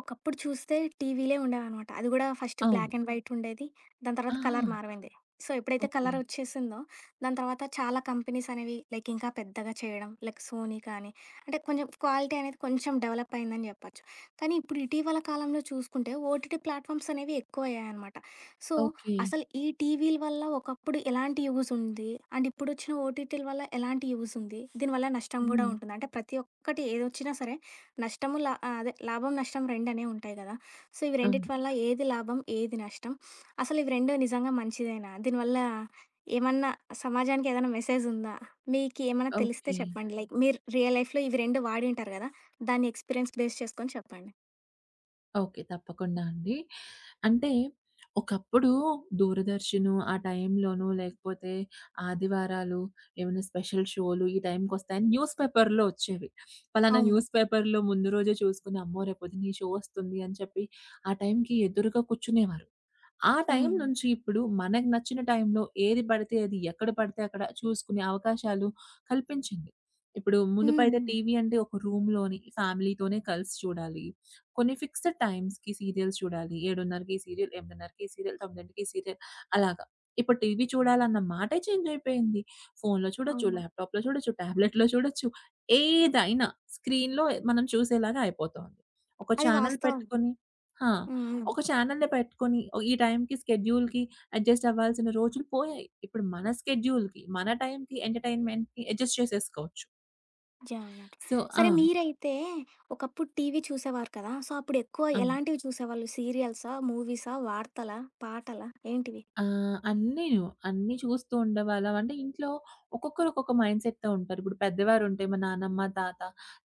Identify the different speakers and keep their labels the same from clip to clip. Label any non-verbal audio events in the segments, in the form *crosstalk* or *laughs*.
Speaker 1: ఒకప్పుడు చూస్తే టీవీలే ఉండేవనమాట. అది గూడా ఫస్ట్
Speaker 2: అవును.
Speaker 1: బ్లాక్ అండ్ వైట్ ఉండేది. దాని తర్వాత
Speaker 2: ఆహా!
Speaker 1: కలర్ మారిపోయింది. సో, ఎప్పుడైతే
Speaker 2: ఓకే.
Speaker 1: కలర్ వచ్చేసిందో, దాని తర్వాత చాలా కంపెనీస్ అనేవి లైక్ ఇంకా పెద్దగా చేయడం, లైక్ సోనీ కానీ, అంటే కొంచెం క్వాలిటీ అనేది కొంచెం డెవలప్ అయిందని చెప్పొచ్చు. కానీ ఇప్పుడు ఇటీవల కాలంలో చూసుకుంటే ఓటీటీ ప్లాట్‌ఫామ్స్ అనేవి ఎక్కువయ్యాయనమాట. So,
Speaker 2: okay.
Speaker 1: అసలు ఈ టీవీల వల్ల ఒకప్పుడు ఎలాంటి యూజ్ ఉంది? అండ్ ఇప్పుడొచ్చిన ఓటీటీల వల్ల ఎలాంటి యూజ్ ఉంది? దీనివల్ల నష్టం గూడా
Speaker 2: హ్మ్.
Speaker 1: ఉంటుందా? అంటే ప్రతి ఒక్కటి ఏదొచ్చినా సరే నష్టము లా ఆ! అదే లాభం, నష్టం రెండనేవి ఉంటాయి గదా! సో, ఇవి రెండిటి
Speaker 2: అవును.
Speaker 1: వల్ల ఏది లాభం? ఏది నష్టం? అసలు ఇవి 2 నిజంగా మంచిదేనా? దీనివల్ల ఏమన్నా సమాజానికి ఏదైనా మెసేజుందా? మీకేమన్నా తెలిస్తే
Speaker 2: ఓకే.
Speaker 1: చెప్పండి. లైక్ మీరు రియల్ లైఫ్‌లో ఇవి 2 వాడింటారు గదా! దాన్ని ఎక్స్‌పీరియన్స్ బేస్ చేసుకొని చెప్పండి.
Speaker 2: ఓకే. తప్పకుండా అండి. అంటే ఒకప్పుడు దూరదర్శన్ ఆ టైంలోనూ లేకపోతే ఆదివారాలు ఏమైనా స్పెషల్ షోలు ఈ టైంకొస్తాయని న్యూస్ పేపర్‌లో వచ్చేవి. పలానా
Speaker 1: అవును.
Speaker 2: న్యూస్ పేపర్‌లో ముందు రోజే చూసుకొని అమ్మో! రేపొద్దున ఈ షో వస్తుంది అని చెప్పి ఆ టైంకి ఎదురుగా కూర్చునేవారు. ఆ టైం
Speaker 1: హ్మ్.
Speaker 2: నుంచి ఇప్పుడు మనకు నచ్చిన టైంలో ఏది పడితే అది, ఎక్కడ పడితే అక్కడ చూసుకునే అవకాశాలు కల్పించింది. ఇప్పుడు
Speaker 1: హ్మ్.
Speaker 2: మునుపైతే
Speaker 1: హ్మ్.
Speaker 2: టీవీ అంటే ఒక రూమ్‌లోని ఫ్యామిలీతోనే కలిసి చూడాలి. కొన్ని ఫిక్స్డ్ టైమ్స్‌కి సీరియల్స్ చూడాలి. 7:30కి సీరియల్, 8:30కి సీరియల్, 9కి సీరియల్ అలాగా. ఇప్పుడు టీవీ చూడాలన్న మాటే చేంజ్ అయిపోయింది. ఫోన్‌లో చూడొచ్చు,
Speaker 1: అవును.
Speaker 2: ల్యాప్‌టాప్‌లో చూడొచ్చు, టాబ్లెట్‌లో చూడొచ్చు. ఏదైనా స్క్రీన్‌లో మనం చూసేలాగా అయిపోతోంది. ఒక
Speaker 1: అది
Speaker 2: ఛానల్
Speaker 1: వాస్తవం.
Speaker 2: పెట్టుకొని ఆ!
Speaker 1: హ్మ్. హ్మ్.
Speaker 2: ఒక ఛానెల్‌ని పెట్టుకొని ఈ టైంకి స్కెడ్యూల్‌కి అడ్జస్ట్ అవ్వాల్సిన రోజులు పోయాయి. ఇప్పుడు మన స్కెడ్యూల్‌కి, మన టైంకి, ఎంటర్‌టైన్‌మెంట్‌కి అడ్జస్ట్ చేసేసుకోవచ్చు.
Speaker 1: యాహ్! యాహ్!
Speaker 2: సో ఆ!
Speaker 1: సరే మీరైతే ఒకప్పుడు టీవీ చూసేవారు కదా! సో, అప్పుడు ఎక్కువ
Speaker 2: అవును.
Speaker 1: ఎలాంటివి చూసేవాళ్ళు? సీరియల్సా? మూవీసా? వార్తలా? పాటలా? ఏంటివి?
Speaker 2: అన్నీను అన్నీ చూస్తూ ఉండేవాళ్ళం. అంటే ఇంట్లో ఒక్కొక్కరు ఒక్కొక్క మైండ్‌సెట్‌తో ఉంటారు. ఇప్పుడు పెద్దవారుంటే మా నానమ్మ, తాత,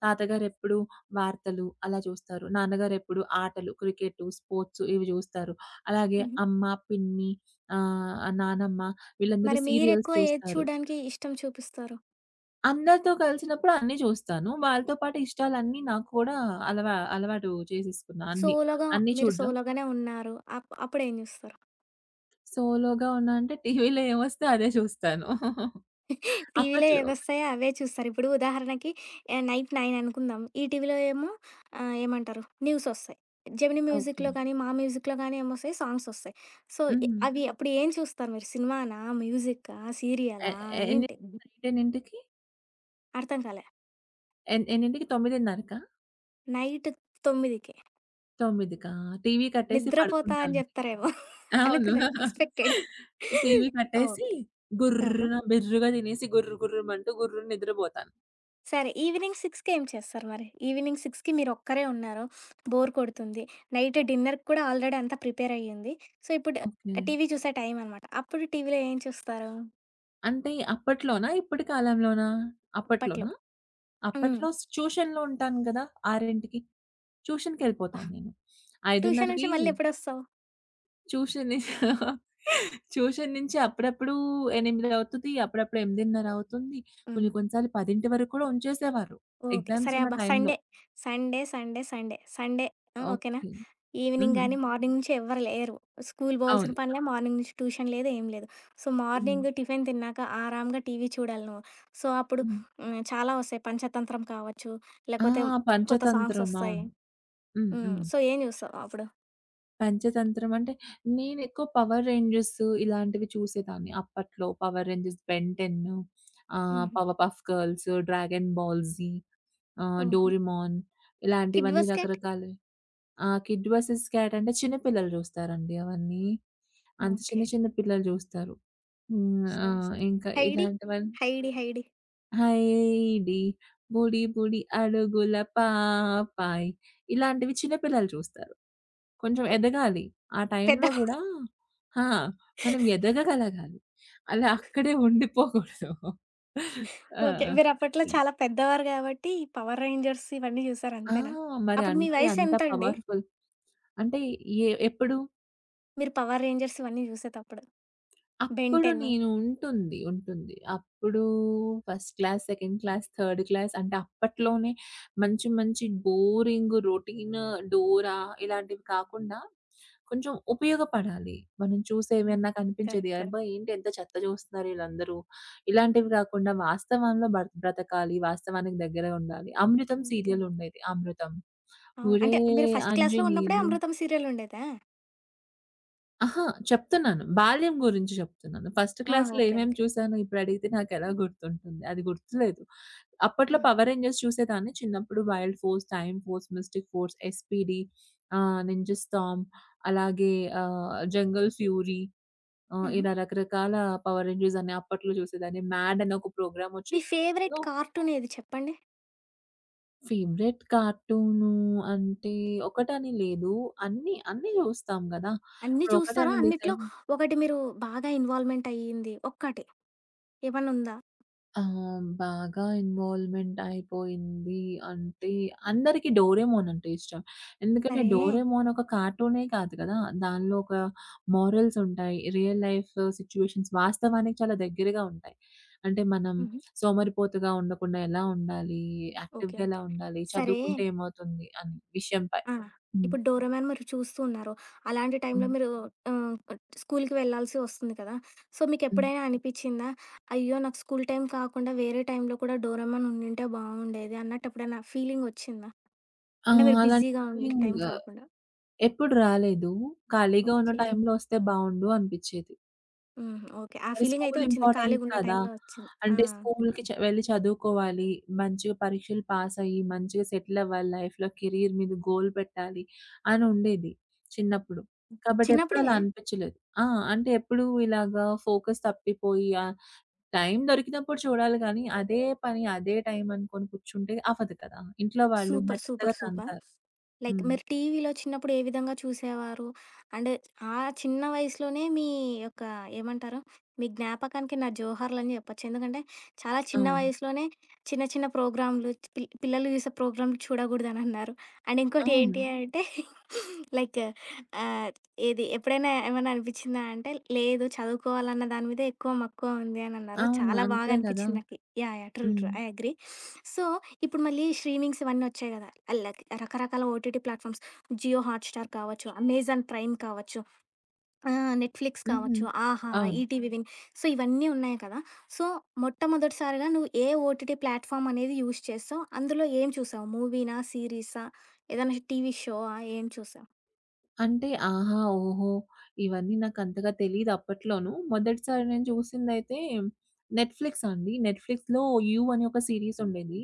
Speaker 2: తాతగారెప్పుడు వార్తలు అలా చూస్తారు. నాన్నగారెప్పుడు ఆటలు, క్రికెటు, స్పోర్ట్స్ ఇవి చూస్తారు. అలాగే
Speaker 1: హుహు.
Speaker 2: అమ్మ, పిన్ని ఆహ్, నానమ్మ వీళ్ళందరూ
Speaker 1: మరి
Speaker 2: సీరియల్స్
Speaker 1: మీరెక్కువ ఏది
Speaker 2: చూస్తారు.
Speaker 1: చూడడానికి ఇష్టం చూపిస్తారు?
Speaker 2: అందరితో కలిసినప్పుడు అన్నీ చూస్తాను. వాళ్ళతో పాటు ఇష్టాలన్నీ నాకు కూడా అలవాటు చేసేసుకున్నా అన్నీ.
Speaker 1: సోలోగా
Speaker 2: అన్నీ
Speaker 1: మీరు
Speaker 2: చూడడం.
Speaker 1: సోలోగానే ఉన్నారు. అప్పుడేం జూస్తారు?
Speaker 2: సోలోగా ఉన్నా అంటే టీవీలో ఏమొస్తే అదే చూస్తాను.
Speaker 1: టీవీలో
Speaker 2: అప్పట్లో.
Speaker 1: ఏవొస్తాయో అవే చూస్తారు. ఇప్పుడు ఉదాహరణకి నైట్ 9 అనుకుందాం. ఈటీవీలో ఏమో ఏమంటారు న్యూసొస్తాయి. Gemini
Speaker 2: okay.
Speaker 1: మ్యూజిక్‌లో కానీ, మా మ్యూజిక్‌లో కానీ ఏమొస్తాయి సాంగ్సొస్తాయి. సో,
Speaker 2: హ్మ్.
Speaker 1: అవి అప్పుడు ఏం చూస్తారు మీరు? సినిమానా? మ్యూజిక్కా?
Speaker 2: ఎ
Speaker 1: సీరియలా?
Speaker 2: ఎ ఎన్ని
Speaker 1: ఏంటి?
Speaker 2: నైట్ ఎన్నింటికి?
Speaker 1: అర్థం కాలే.
Speaker 2: ఎన్నింటికి 9:30కా?
Speaker 1: నైట్ 9కి
Speaker 2: 9కా? టీవీ కట్టేసి
Speaker 1: నిద్రపోతా అని
Speaker 2: పడుకుంటాను.
Speaker 1: జెప్తారేమో
Speaker 2: అవును.
Speaker 1: అనుకున్నా. ఎక్స్‌పెక్టెడ్.
Speaker 2: టీవీ కట్టేసి
Speaker 1: ఓకే. ఆహా!
Speaker 2: గుర్రున బిర్రుగా తినేసి గుర్రు గుర్రుమంటూ గుర్రున నిద్రపోతాను.
Speaker 1: సరే. ఈవినింగ్ 6కి ఏం చేస్తారు మరి? ఈవినింగ్ 6కి మీరొక్కరే ఉన్నారు. బోర్ కొడుతుంది. నైట్ డిన్నర్‌కి కూడా ఆల్రెడీ అంతా ప్రిపేర్ అయ్యింది. సో, ఇప్పుడు
Speaker 2: ఓకే.
Speaker 1: టీవీ చూసే టైం అనమాట. అప్పుడు టీవీలో ఏం చూస్తారు?
Speaker 2: అంటే అప్పట్లోనా? ఇప్పటి కాలంలోనా?
Speaker 1: అప్పట్లో.
Speaker 2: అప్పట్లోనా?
Speaker 1: హ్మ్.
Speaker 2: అప్పట్లో ట్యూషన్‌లో ఉంటాను గదా! 6కి. ట్యూషన్‌కెళ్ళిపోతాను నేను.
Speaker 1: ట్యూషన్
Speaker 2: 5:30కి
Speaker 1: నుంచి మళ్ళీ ఎప్పుడొస్తావు?
Speaker 2: ట్యూషన్ ని *laughs* ట్యూషన్ నుంచి అప్పుడప్పుడు 8 అవుతది. అప్పుడప్పుడు 8:30 అవుతుంది.
Speaker 1: హ్మ్.
Speaker 2: కొన్ని కొన్ని సార్లు 10 వరకు కూడా ఉంచేసేవారు.
Speaker 1: ఓకే.
Speaker 2: ఎగ్జామ్స్
Speaker 1: సరే
Speaker 2: ఉన్న
Speaker 1: అబ్బా!
Speaker 2: టైంలో.
Speaker 1: సండే, ఆ! ఓకేనా?
Speaker 2: ఓకే.
Speaker 1: ఈవినింగ్
Speaker 2: హ్మ్.
Speaker 1: గాని, మార్నింగ్ నుంచి ఎవ్వరు లేరు. స్కూల్ బోవాల్సిన
Speaker 2: అవును.
Speaker 1: పనిలే, మార్నింగ్ నుంచి ట్యూషన్ లేదు, ఏం లేదు. సో,
Speaker 2: హ్మ్.
Speaker 1: మార్నింగ్ టిఫిన్ తిన్నాక ఆరాంగా టీవీ చూడాలి నువ్వు. సో, అప్పుడు
Speaker 2: హ్మ్.
Speaker 1: చాలా వస్తాయి. పంచతంత్రం కావచ్చు,
Speaker 2: ఆ!
Speaker 1: లేకపోతే కొత్త
Speaker 2: పంచతంత్రం.
Speaker 1: సాంగ్సొస్తాయి.
Speaker 2: అవును. హ్మ్.
Speaker 1: హ్మ్.
Speaker 2: హ్మ్.
Speaker 1: సో, ఏం చూస్తావు అప్పుడు?
Speaker 2: పంచతంత్రం అంటే నేనెక్కువ 'పవర్ రేంజర్స్' ఇలాంటివి చూసేదాన్ని. అప్పట్లో 'పవర్ రేంజర్స్', 'బెన్ 10'
Speaker 1: హుహు.
Speaker 2: 'Powerpuff Girls', 'Dragon Ball Z',
Speaker 1: ఓహో!
Speaker 2: 'డోరేమాన్'
Speaker 1: కిడ్
Speaker 2: ఇలాంటివన్నీ
Speaker 1: వస్‌కెట్?
Speaker 2: రకరకాలవి. ఆ! కిడ్ వర్సెస్ క్యాట్ అంటే చిన్న పిల్లలు జూస్తారండి అవన్నీ. అంత చిన్న
Speaker 1: ఓకే.
Speaker 2: చిన్న పిల్లలు జూస్తారు. హ్మ్. ఆ!
Speaker 1: సరే. సరే.
Speaker 2: ఇంకా
Speaker 1: 'హైడి'?
Speaker 2: ఇలాంటివన్నీ
Speaker 1: 'హైడి హైడి.'
Speaker 2: హైడి బుడి బుడి అడుగుల పాపాయ్ ఇలాంటివి చిన్న పిల్లలు చూస్తారు. కొంచెం
Speaker 1: ఓకే.
Speaker 2: ఎదగాలి. ఆ
Speaker 1: పెద్ద
Speaker 2: టైంలో గూడా ఆ! మనం ఎదగగలగాలి. అలా అక్కడే ఉండిపోకూడదు.
Speaker 1: ఓకే.
Speaker 2: ఆ!
Speaker 1: మీరప్పట్లో చాలా పెద్దవారు గాబట్టి, ఈ 'పవర్ రేంజర్స్' ఇవన్నీ జూసారు
Speaker 2: ఆ!
Speaker 1: అంతేనా?
Speaker 2: మరి
Speaker 1: అప్పుడు మీ
Speaker 2: అంటే అంత
Speaker 1: వయసెంతండి?
Speaker 2: పవర్‌ఫుల్. అంటే ఎప్పుడు?
Speaker 1: మీరు 'పవర్ రేంజర్స్' ఇవన్నీ జూసేతప్పుడు? 'బెన్
Speaker 2: అప్పుడు
Speaker 1: 10'
Speaker 2: నేను ఉంటుంది. ఉంటుంది. అప్పుడు first class, second class, third class అంటే అప్పట్లోనే మంచి మంచి బోరింగ్ రొటీన్, డోరా ఇలాంటివి కాకుండా కొంచెం ఉపయోగపడాలి. మనం చూసేవి
Speaker 1: హ్మ్.
Speaker 2: నాకు అనిపించేది,
Speaker 1: కరెక్ట్.
Speaker 2: అబ్బా!
Speaker 1: కరెక్ట్.
Speaker 2: ఏంటి ఎంత చెత్త చూస్తున్నారు ఈళ్ళందరూ. ఇలాంటివి కాకుండా వాస్తవంలో బ్రతకాలి. వాస్తవానికి దగ్గర ఉండాలి. 'అమృతం'
Speaker 1: ఓకే.
Speaker 2: సీరియల్ ఉండేది 'అమృతం.'
Speaker 1: అవును. అంటే మీరు
Speaker 2: ఒరేయ్
Speaker 1: ఫస్ట్ క్లాస్‌లో ఉన్నప్పుడే
Speaker 2: ఆంజనేయులు
Speaker 1: 'అమృతం' సీరియలుండేదా?
Speaker 2: అహా! చెప్తున్నాను. బాల్యం గురించి చెప్తున్నాను. ఫస్ట్
Speaker 1: ఆ!
Speaker 2: క్లాస్‌లో
Speaker 1: ఓకే.
Speaker 2: ఏమేమి
Speaker 1: ఓకే.
Speaker 2: చూసానో ఇప్పుడడిగితే నాకెలా గుర్తుంటుంది. అది గుర్తులేదు. అప్పట్లో
Speaker 1: హ్మ్.
Speaker 2: 'పవర్ రేంజర్స్' చూసేదాన్ని. చిన్నప్పుడు 'Wild Force', 'Time Force', 'Mystic Force', 'SPD' 'Ninja Storm' అలాగే 'జంగల్ ఫ్యూరీ'
Speaker 1: హుహు.
Speaker 2: ఇలా రకరకాల పవర్ రేంజర్స్ అని అప్పట్లో చూసేదాన్ని. 'మ్యాడ్' అని ఒక ప్రోగ్రామ్
Speaker 1: మీ
Speaker 2: వచ్చేది.
Speaker 1: ఫేవరెట్
Speaker 2: అందులో
Speaker 1: కార్టూన్ ఏది చెప్పండి?
Speaker 2: ఫేవరెట్ కార్టూను అంటే ఒకటని లేదు. అన్నీ, అన్నీ చూస్తాం గదా!
Speaker 1: అన్నీ
Speaker 2: ఇప్పుడు
Speaker 1: చూస్తారు.
Speaker 2: ఒకటని
Speaker 1: అన్నిట్లో
Speaker 2: డిసైడ్
Speaker 1: ఒకటి మీరు బాగా ఇన్వాల్వ్‌మెంట్ అయ్యింది ఒక్కటి ఏమన్నుందా?
Speaker 2: ఆ! బాగా ఇన్వాల్వ్‌మెంట్ అయిపోయింది అంటే, అందరికి 'డోరేమోన్' అంటే ఇష్టం. ఎందుకంటే హ్మ్.
Speaker 1: సరే
Speaker 2: 'డోరేమోన్' ఒక కార్టూనే కాదు కదా! దానిలో ఒక మోరల్స్ ఉంటాయి. రియల్ లైఫ్ సిట్యుయేషన్స్ వాస్తవానికి చాలా దగ్గరగా ఉంటాయి. అంటే మనం
Speaker 1: హుహు.
Speaker 2: సోమరిపోతుగా ఉండకుండా ఎలా ఉండాలి?
Speaker 1: ఓకే.
Speaker 2: యాక్టివ్‌గా ఎలా
Speaker 1: ఓకే.
Speaker 2: ఉండాలి?
Speaker 1: సరే
Speaker 2: చదువుకుంటే ఏమవుతుంది? అనే విషయంపై.
Speaker 1: ఆ!
Speaker 2: హ్మ్.
Speaker 1: ఇప్పుడు 'డోరేమాన్' మీరు చూస్తూ ఉన్నారు. అలాంటి టైంలో
Speaker 2: హ్మ్.
Speaker 1: మీరు ఆహ్, స్కూలుకి వెళ్ళాల్సి వస్తుంది కదా! సో,
Speaker 2: హ్మ్.
Speaker 1: మీకెప్పుడైనా అనిపిచ్చిందా? అయ్యో! నాకు స్కూలు టైం కాకుండా వేరే టైంలో కూడా 'డోరేమాన్' ఉండింటే బావుండేది అన్నట్టు ఎప్పుడైనా ఫీలింగ్ వచ్చిందా?
Speaker 2: ఆ!
Speaker 1: అంటే మీరు
Speaker 2: అలాంటి
Speaker 1: బిజీగా ఉండే
Speaker 2: ఫీలింగ్
Speaker 1: టైం కాకుండా.
Speaker 2: ఎప్పుడు రాలేదు. ఖాళీగా ఉన్న
Speaker 1: ఓకే.
Speaker 2: టైంలో వస్తే బావుండు అనిపిచ్చేది.
Speaker 1: హ్మ్. ఓకే. ఆ
Speaker 2: మరి
Speaker 1: ఫీలింగ్ అయితే
Speaker 2: స్కూలు
Speaker 1: వచ్చింది.
Speaker 2: ఇంపార్టెంట్
Speaker 1: ఖాళీగున్న
Speaker 2: కదా!
Speaker 1: టైంలో వచ్చింది. ఆ!
Speaker 2: అంటే స్కూలుకి వెళ్లి చదువుకోవాలి. మంచిగా పరీక్షలు పాస్ అయ్యి, మంచిగా సెటిల్ అవ్వాలి లైఫ్‌లో. కెరీర్ మీద గోల్ పెట్టాలి అని ఉండేది చిన్నప్పుడు. కాబట్టి ఎప్పుడు అలా
Speaker 1: చిన్నప్పుడే?
Speaker 2: అనిపించలేదు. ఆ! అంటే ఎప్పుడు ఇలాగా ఫోకస్ తప్పిపోయి టైం దొరికినప్పుడు చూడాలి కానీ, అదే పని అదే టైం అనుకోని కూర్చుంటే అవ్వదు కదా! ఇంట్లో వాళ్ళు
Speaker 1: సూపర్.
Speaker 2: మెత్తగా
Speaker 1: సూపర్. సూపర్.
Speaker 2: తంతారు.
Speaker 1: లైక్
Speaker 2: హ్మ్.
Speaker 1: మీరు టీవీలో చిన్నప్పుడు ఏ విధంగా చూసేవారు? అంటే ఆ చిన్న వయసులోనే మీ యొక్క ఏమంటారు? మీ జ్ఞాపకానికి నా జోహార్‌లని జెప్పొచ్చు. ఎందుకంటే చాలా చిన్న
Speaker 2: అవును.
Speaker 1: వయసులోనే చిన్న చిన్న ప్రోగ్రామ్‌లు పిల్లలు చూసే ప్రోగ్రామ్‌లు చూడగూడదనన్నారు. అండ్ ఇంకోటి
Speaker 2: అవును.
Speaker 1: ఏంటి అంటే *laughs* లైక్ ఆహ్, ఏది ఎప్పుడైనా ఏమన్నా అనిపిచ్చిందా అంటే లేదు చదువుకోవాలన్న దాని మీద ఎక్కువ మక్కువ ఉంది అనన్నారు.
Speaker 2: అవును.
Speaker 1: చాలా బాగా
Speaker 2: అంతే కదా!
Speaker 1: అనిపిచ్చింది నాకి. యాహ్! యాహ్! ట్రూ.
Speaker 2: హ్మ్.
Speaker 1: ట్రూ. I agree. సో ఇప్పుడు మళ్ళీ స్ట్రీమింగ్స్ ఇవన్నీ వచ్చాయి కదా! లైక్ రకరకాల ఓటీటీ ప్లాట్‌ఫామ్స్ జియో హాట్‌స్టార్ కావచ్చు, అమెజాన్ ప్రైమ్ కావచ్చు, నెట్‌ఫ్లిక్స్
Speaker 2: హుహు.
Speaker 1: కావచ్చు, ఆహా!
Speaker 2: అవును.
Speaker 1: ETV win. సో, ఇవన్నీ ఉన్నాయి కదా! సో, మొట్టమొదటిసారిగా నువ్వు ఏ ఓటీటీ ప్లాట్‌ఫామ్ అనేది యూజ్ చేస్తావు? అందులో ఏం చూసావు? మూవీనా? సీరీసా? ఏదైనా టీవీ షోవా? ఏం చూసావు?
Speaker 2: అంటే ఆహా! ఓహో! ఇవన్నీ నాకంతగా తెలీదు అప్పట్లోనూ. మొదటిసారి నేను చూసిందైతే నెట్‌ఫ్లిక్స్ అండి. నెట్‌ఫ్లిక్స్‌లో 'యూ' అని ఒక సీరీస్ ఉండేది.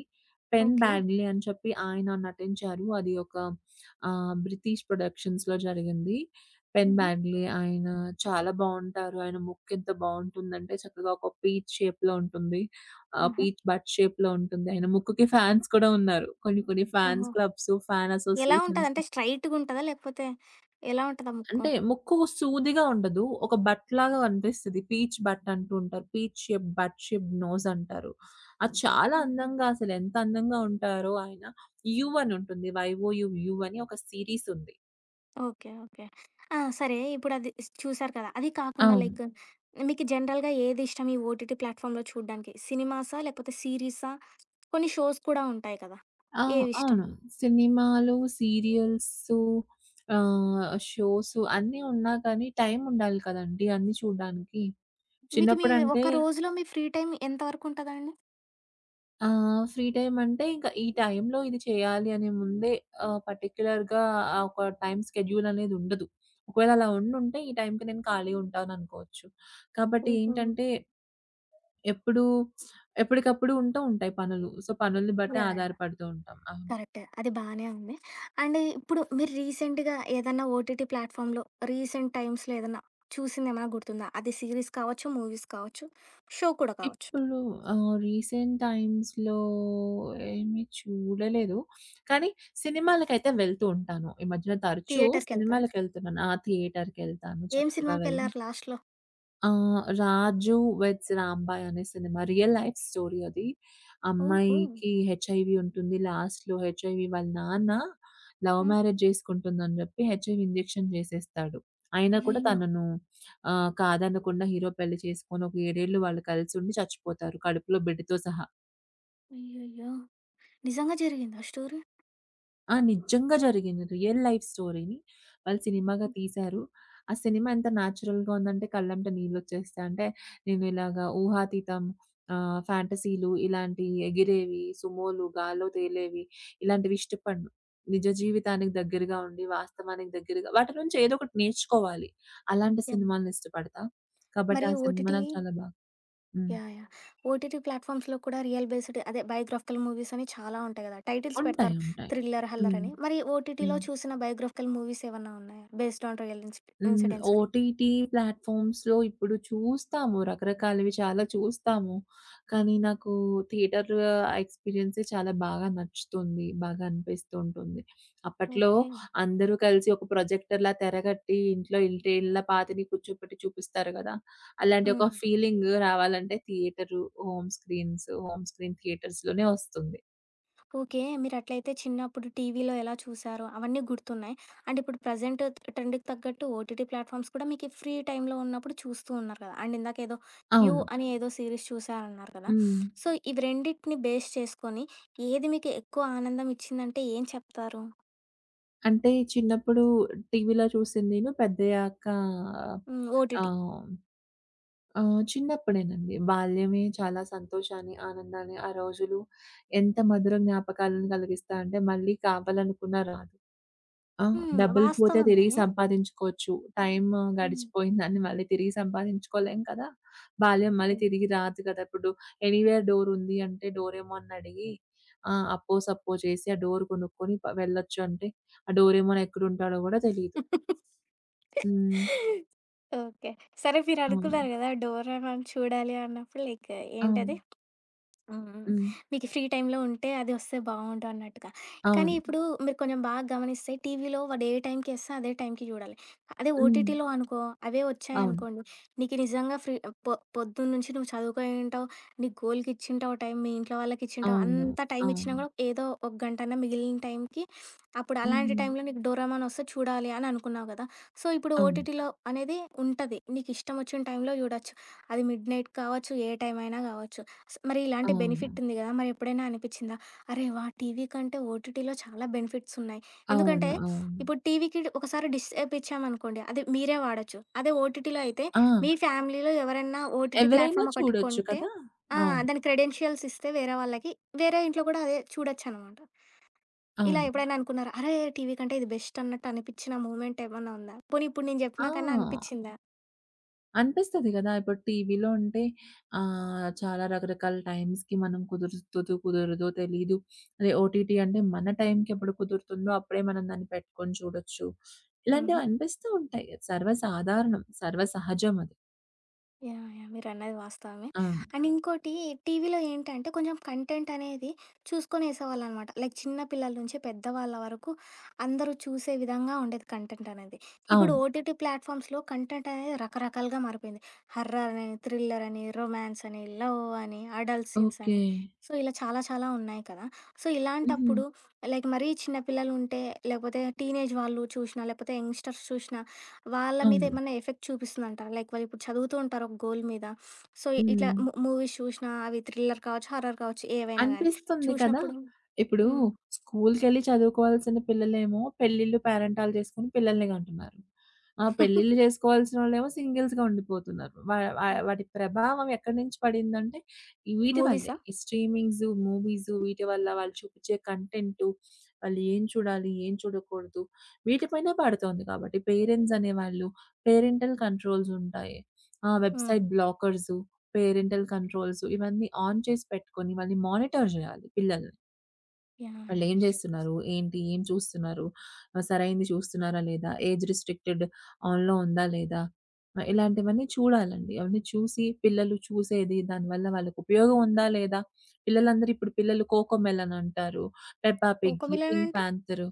Speaker 2: Pen
Speaker 1: okay.
Speaker 2: బ్యాడ్లీ అని చెప్పి ఆయన నటించారు. అది ఒక బ్రిటిష్ ప్రొడక్షన్స్‌లో జరిగింది. పెన్
Speaker 1: హుహు.
Speaker 2: బ్యాడ్లీ ఆయన చాలా బావుంటారు. ఆయన ముక్కెంత బావుంటుందంటే చక్కగా ఒక పీచ్ షేప్‌లో ఉంటుంది.
Speaker 1: ఆహా!
Speaker 2: పీచ్ బట్ షేప్‌లో ఉంటుంది. ఆయన ముక్కుకి ఫ్యాన్స్ కూడా ఉన్నారు. కొన్ని కొన్ని
Speaker 1: ఓహో!
Speaker 2: ఫ్యాన్స్ క్లబ్స్, ఫ్యాన్
Speaker 1: ఎలా ఉంటది?
Speaker 2: అసోసియేషన్స్
Speaker 1: అంటే స్ట్రెయిట్‌గుంటదా? లేకపోతే ఎలా ఉంటదా ముక్కు?
Speaker 2: అంటే ముక్కు సూదిగా ఉండదు. ఒక బట్‌లాగా కనిపిస్తది. పీచ్ బట్ అంటూ ఉంటారు. Peach shape, but shape nose అంటారు. అది చాలా
Speaker 1: హుహు.
Speaker 2: అందంగా అసలెంత అందంగా ఉంటారో ఆయన. 'యు' అని ఉంటుంది. 'వైఓయు యు' యు అని ఒక సీరీస్ ఉంది.
Speaker 1: ఓకే. ఓకే. ఆ! సరే ఇప్పుడది చూసారు కదా! అది కాకుండా
Speaker 2: అవును.
Speaker 1: లైక్ మీకు జనరల్‌గా ఏదిష్టం ఈ ఓటీటీ ప్లాట్‌ఫామ్‌లో చూడ్డానికి? సినిమాసా? లేకపోతే సీరీసా? కొన్ని షోస్ కూడా ఉంటాయి కదా!
Speaker 2: ఆ!
Speaker 1: ఏవిష్టం?
Speaker 2: అవును. సినిమాలు, సీరియల్సు ఆహ్, షోసు అన్నీ ఉన్నా కానీ టైముండాలి కదండీ! అన్నీ చూడ్డానికి.
Speaker 1: మీకు
Speaker 2: చిన్నప్పుడంటే
Speaker 1: ఒక రోజులో మీ ఫ్రీ టైమ్ ఎంత వరకు ఉంటదండి?
Speaker 2: ఆ! ఫ్రీ టైమంటే ఇంక ఈ టైంలో ఇది చేయాలి అనే ముందే పర్టిక్యులర్‌గా ఒక టైమ్ షెడ్యూలనేది ఉండదు. ఒకవేళ అలా ఉండుంటే ఈ టైంకి నేను ఖాళీ ఉంటాననుకోవచ్చు. కాబట్టి
Speaker 1: హుహు.
Speaker 2: ఏంటంటే ఎప్పుడూ ఎప్పటికప్పుడు ఉంటూ ఉంటాయి పనులు. సో, పనుల్ని బట్టి
Speaker 1: యాహ్! యాహ్!
Speaker 2: ఆధారపడుతూ ఉంటాం. అవును.
Speaker 1: కరెక్టే. అది బానే ఉంది. అండ్ ఇప్పుడు మీరు రీసెంట్‌గా ఏదన్నా ఓటీటీ ప్లాట్‌ఫామ్‌లో రీసెంట్ టైమ్స్‌లో ఏదన్నా చూసిందేమైనా గుర్తుందా? అది సీరీస్ కావచ్చు, మూవీస్ కావచ్చు, షో కూడా కావచ్చు.
Speaker 2: ఇప్పుడు రీసెంట్ టైమ్స్‌లో ఏమి చూడలేదు. కానీ సినిమాలకైతే వెళ్తూ ఉంటాను. ఈ మధ్యన తరచూ
Speaker 1: థియేటర్‌కెళ్తారా?
Speaker 2: సినిమాలకెళ్తున్నాను. ఆ! థియేటర్‌కెళ్తాను
Speaker 1: ఏం
Speaker 2: చక్కగా వెళ్ళి
Speaker 1: సినిమాకెళ్లారు లాస్ట్‌లో?
Speaker 2: 'రాజు వెడ్స్ రాంబాయ్' అనే సినిమా. రియల్ లైఫ్ స్టోరీ అది.
Speaker 1: ఓహో!
Speaker 2: అమ్మాయికి హెచ్ఐవీ ఉంటుంది. లాస్ట్‌లో హెచ్ఐవీ వాళ్ళ నాన్న లవ్
Speaker 1: హ్మ్.
Speaker 2: మ్యారేజ్ చేసుకుంటుందని జెప్పి హెచ్ఐవీ ఇంజెక్షన్ జేసేస్తాడు. అయినా కూడా
Speaker 1: అయ్యయ్యో!
Speaker 2: తనను కాదనకుండా హీరో పెళ్లి చేసుకొని ఒక 7 ఏళ్ళు వాళ్ళు కలిసుండి చచ్చిపోతారు. కడుపులో బిడ్డతో సహా.
Speaker 1: అయ్యయ్యో! నిజంగా జరిగిందా స్టోరీ?
Speaker 2: ఆ! నిజంగా జరిగింది. రియల్ లైఫ్ స్టోరీని వాళ్ళు సినిమాగా
Speaker 1: హ్మ్.
Speaker 2: తీశారు. ఆ సినిమా ఎంత నేచురల్‌గా ఉందంటే కళ్ళెంట నీళ్ళొచ్చేస్తాయి. అంటే నేను ఇలాగా ఊహాతీతం ఫ్యాంటసీలు ఇలాంటి ఎగిరేవి, సుమోలు, గాల్లో తేలేవి ఇలాంటివి ఇష్టపడను. నిజ జీవితానికి దగ్గరగా ఉండి, వాస్తవానికి దగ్గరగా వాటి నుంచి ఏదో ఒకటి నేర్చుకోవాలి. అలాంటి
Speaker 1: యాహ్!
Speaker 2: సినిమాలను ఇష్టపడతా. కాబట్టి
Speaker 1: మరి
Speaker 2: ఆ సినిమా
Speaker 1: ఓటీటీ
Speaker 2: నాకు చాలా బాగా హ్మ్.
Speaker 1: యాహ్! యాహ్! ఓటీటీ ప్లాట్‌ఫామ్స్‌లో కూడా రియల్ బేస్డ్ అదే బయోగ్రాఫికల్ మూవీస్ అని చాలా ఉంటాయి కదా! టైటిల్స్
Speaker 2: ఉంటాయి.
Speaker 1: పెడతారు.
Speaker 2: ఉంటాయి.
Speaker 1: థ్రిల్లర్, హల్లర్
Speaker 2: హ్మ్.
Speaker 1: అని. మరి
Speaker 2: హ్మ్.
Speaker 1: ఓటీటీలో చూసిన బయోగ్రాఫికల్ మూవీస్ ఏమన్నా ఉన్నాయా? బేస్డ్ ఆన్ రియల్
Speaker 2: హ్మ్.
Speaker 1: ఇన్సిడెంట్స్ అని?
Speaker 2: ఓటీటీ ప్లాట్‌ఫామ్స్‌లో ఇప్పుడు చూస్తాము. రకరకాలవి చాలా చూస్తాము. కానీ నాకు థియేటర్ ఎక్స్‌పీరియన్సే చాలా బాగా నచ్చుతుంది. బాగా అనిపిస్తూ ఉంటుంది. అప్పట్లో
Speaker 1: ఓకే.
Speaker 2: అందరూ కలిసి ఒక ప్రాజెక్టర్‌లా తెరగట్టి ఇంట్లో ఇంటి ఇళ్ళ పాతని కూర్చోపెట్టి చూపిస్తారు గదా! అలాంటి ఒక
Speaker 1: హ్మ్.
Speaker 2: ఫీలింగ్ రావాలంటే theatre, home screens, home screen థియేటర్స్‌లోనే వస్తుంది.
Speaker 1: ఓకే. మీరట్లయితే చిన్నప్పుడు టీవీలో ఎలా చూసారో అవన్నీ గుర్తున్నాయి. అండ్ ఇప్పుడు ప్రెజెంట్ ట్రెండ్‌కి తగ్గట్టు ఓటీటీ ప్లాట్‌ఫామ్స్ కూడా మీకీ ఫ్రీ టైమ్‌లో ఉన్నప్పుడు చూస్తూ ఉన్నారు కదా! అండ్ ఇందాకేదో 'యూ'
Speaker 2: అవును.
Speaker 1: అని ఏదో సీరీస్ చూసారన్నారు కదా!
Speaker 2: హ్మ్.
Speaker 1: సో, ఇవి రెండిటిని బేస్ చేసుకొని ఏది మీకు ఎక్కువ ఆనందం ఇచ్చిందంటే ఏం చెప్తారు?
Speaker 2: అంటే చిన్నప్పుడు టీవీలో చూసిందిను పెద్దయ్యాక
Speaker 1: హ్మ్. ఓటీటీ.
Speaker 2: ఆహ్, చిన్నప్పుడేనండి. బాల్యమే చాలా సంతోషాన్ని, ఆనందాన్ని, ఆ రోజులు ఎంత మధుర జ్ఞాపకాలను కలిగిస్తా అంటే మళ్ళీ కావాలనుకున్నా రాదు. ఆ!
Speaker 1: హ్మ్.
Speaker 2: డబ్బులు పోతే
Speaker 1: వాస్తవమే.
Speaker 2: తిరిగి సంపాదించుకోవచ్చు. టైమ్
Speaker 1: హ్మ్.
Speaker 2: గడిచిపోయిందాన్ని మళ్ళీ తిరిగి సంపాదించుకోలేం కదా! బాల్యం మళ్ళీ తిరిగి రాదు కదా! ఇప్పుడు ఎనీవేర్ డోర్ ఉంది అంటే డోరేమోన్ అడిగి అప్పో సప్పో చేసి ఆ డోర్ కొనుక్కొని వెళ్ళొచ్చు అంటే ఆ డోరేమోన్ ఎక్కడుంటాడో గూడా తెలీదు. హ్మ్.
Speaker 1: ఓకే. సరే
Speaker 2: అవును.
Speaker 1: మీరనుకున్నారు కదా! 'డోరేమాన్' చూడాలి అన్నప్పుడు లైక్ ఏంటది?
Speaker 2: అవును.
Speaker 1: హ్మ్.
Speaker 2: హ్మ్.
Speaker 1: మీకు ఫ్రీ టైమ్‌లో ఉంటే అది వస్తే బావుండు అన్నట్టుగా. కానీ
Speaker 2: అవును.
Speaker 1: ఇప్పుడు మీరు కొంచెం బాగా గమనిస్తే టీవీలో వాడు ఏ టైంకేస్తే అదే టైంకి చూడాలి. అదే
Speaker 2: హ్మ్.
Speaker 1: ఓటీటీలో అనుకో అవే
Speaker 2: అవును.
Speaker 1: వచ్చాయనుకోండి, నీకు నిజంగా ఫ్రీ పొద్దున్నుంచి నువ్వు చదువుకొని ఉంటావు, నీ గోల్‌కిచ్చింటావు టైం, మీ ఇంట్లో వాళ్ళకిచ్చింటావు,
Speaker 2: అవును.
Speaker 1: అంత టైం ఇచ్చినా
Speaker 2: అవును.
Speaker 1: కూడా ఏదో ఒక గంటన్నా మిగిలిన టైంకి అప్పుడు అలాంటి
Speaker 2: హ్మ్.
Speaker 1: టైంలో నీకు డోరేమాన్ వస్తే చూడాలి అని అనుకున్నావు కదా! సో, ఇప్పుడు
Speaker 2: అవును.
Speaker 1: ఓటీటీలో అనేది ఉంటది. నీకిష్టం వచ్చిన టైంలో చూడొచ్చు. అది మిడ్‌నైట్ కావచ్చు, ఏ టైం అయినా కావచ్చు. మరి ఇలాంటి
Speaker 2: అవును.
Speaker 1: బెనిఫిట్ ఉంది గదా! మరి ఎప్పుడైనా అనిపిచ్చిందా? అరే! వా! టీవీ కంటే ఓటీటీలో చాలా బెనిఫిట్స్ ఉన్నాయి.
Speaker 2: అవును.
Speaker 1: ఎందుకంటే
Speaker 2: అవును.
Speaker 1: ఇప్పుడు టీవీకి ఒకసారి డిష్ యాప్ ఇచ్చామనుకోండి అది మీరే వాడొచ్చు. అదే ఓటీటీలో అయితే
Speaker 2: ఆ!
Speaker 1: మీ ఫ్యామిలీలో ఎవరైనా ఓటీటీ
Speaker 2: ఎవరైనా
Speaker 1: ప్లాట్‌ఫామ్ ఒకటి
Speaker 2: చూడొచ్చు
Speaker 1: కొంటే
Speaker 2: కదా!
Speaker 1: ఆ!
Speaker 2: అవును.
Speaker 1: దాని క్రెడెన్షియల్స్ ఇస్తే వేరే వాళ్ళకి, వేరే ఇంట్లో కూడా అదే చూడొచ్చనమాట. ఇలా
Speaker 2: అవును.
Speaker 1: ఎప్పుడైనా అనుకున్నారా? అరే! టీవీ కంటే ఇది బెస్ట్ అన్నట్టు అనిపిచ్చిన మూమెంట్ ఏమన్నా ఉందా? పోనీ ఇప్పుడు నేను జెప్పిన కన్నా
Speaker 2: ఆ!
Speaker 1: అనిపిచ్చిందా?
Speaker 2: అనిపిస్తది గదా! ఇప్పుడు టీవీలో అంటే చాలా రకరకాల టైమ్స్‌కి మనం కుదురుతదో కుదరదో తెలీదు. అదే ఓటీటీ అంటే మన టైంకి ఎప్పుడు కుదురుతుందో అప్పుడే మనం దాన్ని పెట్టుకొని చూడొచ్చు. ఇలాంటివి
Speaker 1: హుహు.
Speaker 2: అనిపిస్తూ ఉంటాయి. సర్వసాధారణం. సర్వసహజం అది.
Speaker 1: యాహ్! యాహ్! మీరన్నది వాస్తవమే.
Speaker 2: అవును.
Speaker 1: అండ్ ఇంకోటి టీవీలో ఏంటంటే కొంచెం కంటెంట్ అనేది చూసుకొని ఏసేవాళ్ళనమాట. లైక్ చిన్న పిల్లల నుంచి పెద్దవాళ్ళ వరకు అందరూ చూసే విధంగా ఉండేది కంటెంట్ అనేది. ఇప్పుడు
Speaker 2: అవును.
Speaker 1: ఓటీటీ ప్లాట్‌ఫామ్స్‌లో కంటెంట్ అనేది రకరకాలుగా మారిపోయింది. హర్రర్ అని, థ్రిల్లర్ అని, రొమాన్స్ అని, లవ్ అని, అడల్ట్ సీన్స్
Speaker 2: ఓకే.
Speaker 1: అని. సో, ఇలా చాలా చాలా ఉన్నాయి కదా! సో,
Speaker 2: హుహు.
Speaker 1: ఇలాంటప్పుడు లైక్ మరీ చిన్న పిల్లలుంటే, లేకపోతే టీనేజ్ వాళ్ళు చూసినా, లేకపోతే యంగ్‌స్టర్స్ చూసినా వాళ్ళ మీద
Speaker 2: అవును.
Speaker 1: ఏమన్నా ఎఫెక్ట్ చూపిస్తుందంటారా? లైక్ వాళ్ళు ఇప్పుడు చదువుతూ ఉంటారు ఒక గోల్ మీద. సో, ఇట్లా
Speaker 2: హ్మ్.
Speaker 1: మూవీస్ చూసినా అవి థ్రిల్లర్ కావచ్చు, హారర్ కావచ్చు ఏవైనా గానీ
Speaker 2: అనిపిస్తుంది కదా!
Speaker 1: చూసినప్పుడు
Speaker 2: ఇప్పుడు
Speaker 1: హ్మ్.
Speaker 2: స్కూల్‌కెళ్ళి చదువుకోవాల్సిన పిల్లలేమో పెళ్ళిళ్ళు, పేరంటాలు చేసుకొని పిల్లల్ని కంటున్నారు. ఆ పెళ్ళిళ్ళు
Speaker 1: *laughs*
Speaker 2: చేసుకోవాల్సినోళ్ళేమో సింగిల్స్‌గా ఉండిపోతున్నారు. వా వా
Speaker 1: ఓకే.
Speaker 2: వాటి ప్రభావం ఎక్కడి నుంచి పడిందంటే, ఈ వీటి వల్లే.
Speaker 1: మూవీసా?
Speaker 2: ఈ స్ట్రీమింగ్స్, మూవీస్ వీటి వల్ల వాళ్ళు చూపించే కంటెంటు, వాళ్ళు ఏం చూడాలి, ఏం చూడకూడదు వీటి పైన పడుతోంది కాబట్టి పేరెంట్స్ అనేవాళ్ళు, పేరెంటల్ కంట్రోల్స్ ఉంటాయి. ఆ!
Speaker 1: హుహు.
Speaker 2: వెబ్‌సైట్ బ్లాకర్సు పేరెంటల్ కంట్రోల్స్ ఇవన్నీ ఆన్ చేసి పెట్టుకొని మళ్ళీ మానిటర్ జేయాలి పిల్లల్ని.
Speaker 1: యాహ్!
Speaker 2: వాళ్ళేం
Speaker 1: యాహ్!
Speaker 2: జేస్తున్నారు? ఏంటి? ఏం చూస్తున్నారు? సరైంది చూస్తున్నారా లేదా? ఏజ్ రిస్ట్రిక్టెడ్ ఆన్‌లో ఉందా లేదా? ఇలాంటివన్నీ చూడాలండి. అవన్నీ చూసి పిల్లలు చూసేది దానివల్ల వాళ్ళకి ఉపయోగం ఉందా లేదా? పిల్లలందరూ ఇప్పుడు పిల్లలు కోకోమెలన్ అంటారు. పెప్పా పిగ్గి,
Speaker 1: 'కోకోమిలన్'
Speaker 2: పింక్
Speaker 1: అంటే
Speaker 2: పాంతరు,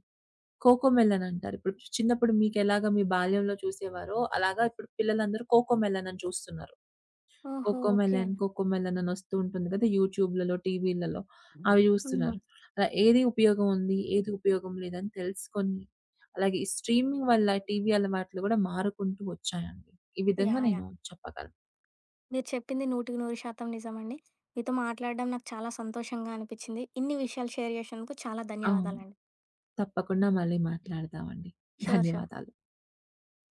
Speaker 2: కోకోమెలన్ అంటారు. ఇప్పుడు చిన్నప్పుడు మీకెలాగా మీ బాల్యంలో చూసేవారో అలాగా ఇప్పుడు పిల్లలందరూ కోకోమెలన్ అని చూస్తున్నారు.
Speaker 1: ఓహో! ఓకే.
Speaker 2: కోకోమెలన్, కోకోమెలన్ అని వస్తూ ఉంటుంది కదా! యూట్యూబ్‌లలో, టీవీలలో అవి
Speaker 1: హుహు.
Speaker 2: చూస్తున్నారు. అలా ఏది ఉపయోగం ఉంది, ఏది ఉపయోగం లేదని తెలుసుకొని, అలాగే ఈ స్ట్రీమింగ్ వల్ల టీవీ అలవాట్లు గూడా మారుకుంటూ వచ్చాయండి. ఈ విధంగా
Speaker 1: యాహ్!
Speaker 2: నేను
Speaker 1: యాహ్!
Speaker 2: చెప్పగలను.
Speaker 1: మీరు చెప్పింది 100% నిజమండి. మీతో మాట్లాడడం నాకు చాలా సంతోషంగా అనిపిచ్చింది. ఇన్ని విషయాలు షేర్ చేసినందుకు చాలా
Speaker 2: అవును.
Speaker 1: ధన్యవాదాలండి.
Speaker 2: తప్పకుండా మళ్ళీ మాట్లాడదామండి.
Speaker 1: షూర్. షూర్.
Speaker 2: ధన్యవాదాలు.